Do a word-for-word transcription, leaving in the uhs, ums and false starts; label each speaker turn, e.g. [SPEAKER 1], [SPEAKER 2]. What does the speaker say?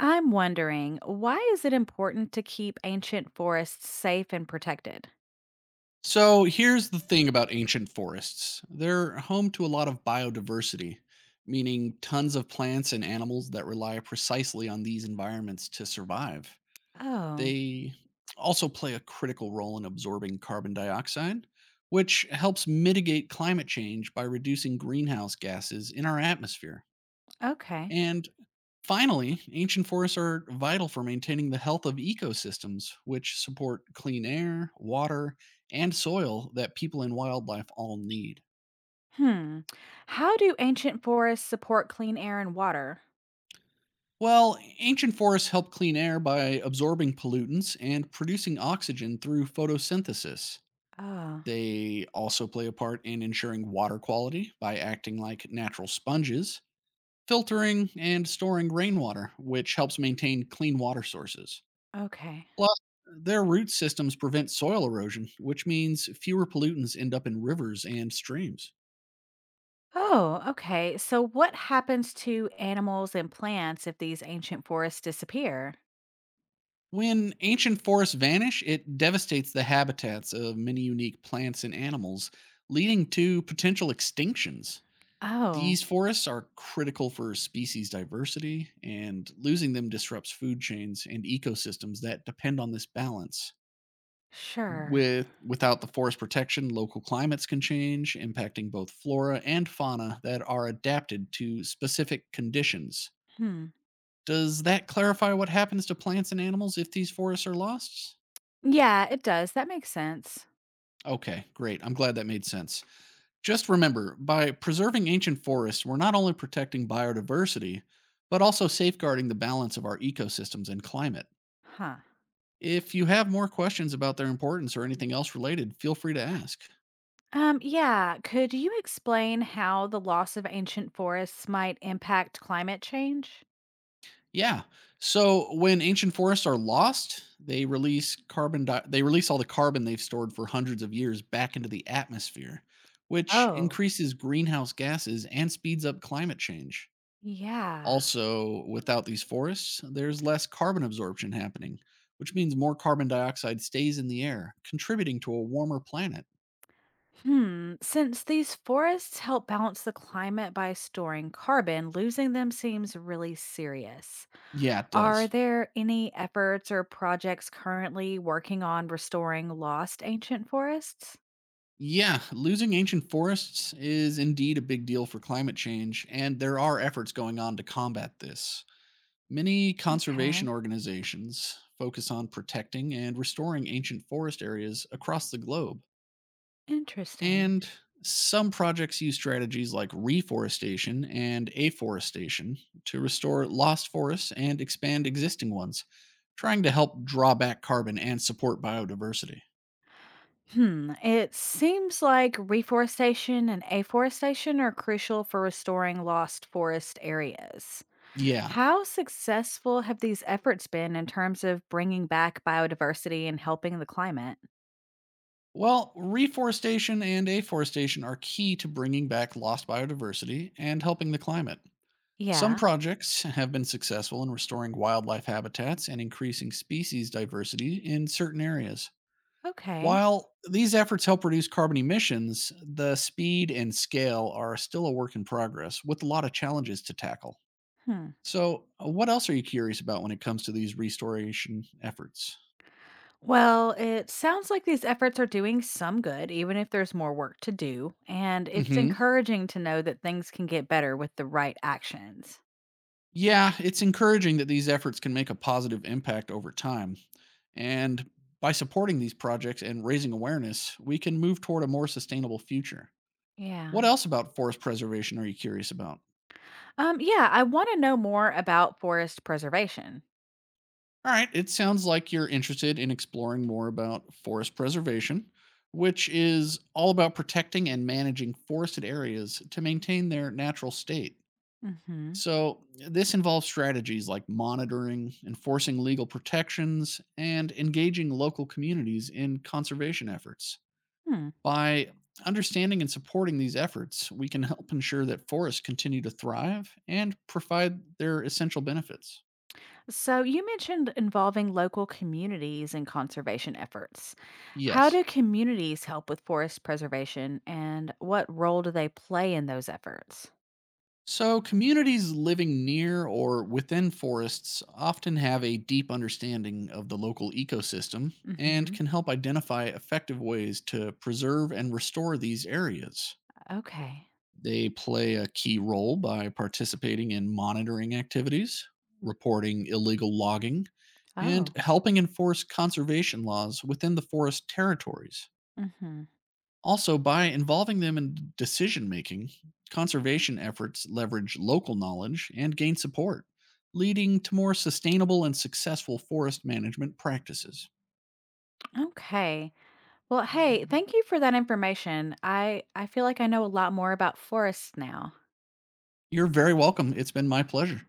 [SPEAKER 1] I'm wondering, why is it important to keep ancient forests safe and protected?
[SPEAKER 2] So here's the thing about ancient forests, they're home to a lot of biodiversity, meaning tons of plants and animals that rely precisely on these environments to survive.
[SPEAKER 1] Oh,
[SPEAKER 2] They also play a critical role in absorbing carbon dioxide, which helps mitigate climate change by reducing greenhouse gases in our atmosphere.
[SPEAKER 1] okay.
[SPEAKER 2] And finally, ancient forests are vital for maintaining the health of ecosystems, which support clean air, water, and soil that people and wildlife all need.
[SPEAKER 1] Hmm. How do ancient forests support clean air and water?
[SPEAKER 2] Well, ancient forests help clean air by absorbing pollutants and producing oxygen through photosynthesis.
[SPEAKER 1] Oh,
[SPEAKER 2] They also play a part in ensuring water quality by acting like natural sponges, filtering and storing rainwater, which helps maintain clean water sources.
[SPEAKER 1] okay.
[SPEAKER 2] Plus, their root systems prevent soil erosion, which means fewer pollutants end up in rivers and streams.
[SPEAKER 1] Oh, okay. So, what happens to animals and plants if these ancient forests disappear?
[SPEAKER 2] When ancient forests vanish, it devastates the habitats of many unique plants and animals, leading to potential extinctions.
[SPEAKER 1] Oh,
[SPEAKER 2] These forests are critical for species diversity, and losing them disrupts food chains and ecosystems that depend on this balance.
[SPEAKER 1] sure.
[SPEAKER 2] With without the forest protection, local climates can change, impacting both flora and fauna that are adapted to specific conditions.
[SPEAKER 1] Hmm.
[SPEAKER 2] Does that clarify what happens to plants and animals if these forests are lost?
[SPEAKER 1] Yeah, it does. That makes sense.
[SPEAKER 2] Okay, great. I'm glad that made sense. Just remember, by preserving ancient forests, we're not only protecting biodiversity, but also safeguarding the balance of our ecosystems and climate.
[SPEAKER 1] Huh.
[SPEAKER 2] If you have more questions about their importance or anything else related, feel free to ask.
[SPEAKER 1] Um, yeah. Could you explain how the loss of ancient forests might impact climate change?
[SPEAKER 2] Yeah. So when ancient forests are lost, they release carbon di- they release all the carbon they've stored for hundreds of years back into the atmosphere, which
[SPEAKER 1] Oh,
[SPEAKER 2] increases greenhouse gases and speeds up climate change.
[SPEAKER 1] yeah.
[SPEAKER 2] Also, without these forests, there's less carbon absorption happening, which means more carbon dioxide stays in the air, contributing to a warmer planet.
[SPEAKER 1] Hmm. Since these forests help balance the climate by storing carbon, losing them seems really serious.
[SPEAKER 2] Yeah, it
[SPEAKER 1] Are
[SPEAKER 2] does.
[SPEAKER 1] there any efforts or projects currently working on restoring lost ancient forests?
[SPEAKER 2] Yeah, losing ancient forests is indeed a big deal for climate change, and there are efforts going on to combat this. Many conservation
[SPEAKER 1] Okay.
[SPEAKER 2] organizations focus on protecting and restoring ancient forest areas across the globe.
[SPEAKER 1] Interesting.
[SPEAKER 2] And some projects use strategies like reforestation and afforestation to restore lost forests and expand existing ones, trying to help draw back carbon and support biodiversity.
[SPEAKER 1] Hmm. It seems like reforestation and afforestation are crucial for restoring lost forest areas.
[SPEAKER 2] Yeah.
[SPEAKER 1] How successful have these efforts been in terms of bringing back biodiversity and helping the climate?
[SPEAKER 2] Well, reforestation and afforestation are key to bringing back lost biodiversity and helping the climate. Some
[SPEAKER 1] Yeah.
[SPEAKER 2] projects have been successful in restoring wildlife habitats and increasing species diversity in certain areas.
[SPEAKER 1] Okay.
[SPEAKER 2] While these efforts help reduce carbon emissions, the speed and scale are still a work in progress with a lot of challenges to tackle.
[SPEAKER 1] Hmm.
[SPEAKER 2] So, uh, what else are you curious about when it comes to these restoration efforts?
[SPEAKER 1] Well, it sounds like these efforts are doing some good, even if there's more work to do. And it's
[SPEAKER 2] Hmm.
[SPEAKER 1] encouraging to know that things can get better with the right actions.
[SPEAKER 2] Yeah, it's encouraging that these efforts can make a positive impact over time. And by supporting these projects and raising awareness, we can move toward a more sustainable future. What
[SPEAKER 1] Yeah.
[SPEAKER 2] else about forest preservation are you curious about?
[SPEAKER 1] Um, yeah, I want to know more about forest preservation.
[SPEAKER 2] All right, it sounds like you're interested in exploring more about forest preservation, which is all about protecting and managing forested areas to maintain their natural state.
[SPEAKER 1] Hmm.
[SPEAKER 2] So, this involves strategies like monitoring, enforcing legal protections, and engaging local communities in conservation efforts.
[SPEAKER 1] Hmm.
[SPEAKER 2] By understanding and supporting these efforts, we can help ensure that forests continue to thrive and provide their essential benefits.
[SPEAKER 1] So you mentioned involving local communities in conservation efforts. How
[SPEAKER 2] Yes.
[SPEAKER 1] do communities help with forest preservation and what role do they play in those efforts?
[SPEAKER 2] So, communities living near or within forests often have a deep understanding of the local ecosystem and
[SPEAKER 1] Hmm.
[SPEAKER 2] can help identify effective ways to preserve and restore these areas.
[SPEAKER 1] Okay.
[SPEAKER 2] They play a key role by participating in monitoring activities, reporting illegal logging, and
[SPEAKER 1] Oh.
[SPEAKER 2] helping enforce conservation laws within the forest territories.
[SPEAKER 1] Hmm.
[SPEAKER 2] Also, by involving them in decision making, conservation efforts leverage local knowledge and gain support, leading to more sustainable and successful forest management practices.
[SPEAKER 1] Okay. Well, hey, thank you for that information. I I feel like I know a lot more about forests now.
[SPEAKER 2] You're very welcome. It's been my pleasure.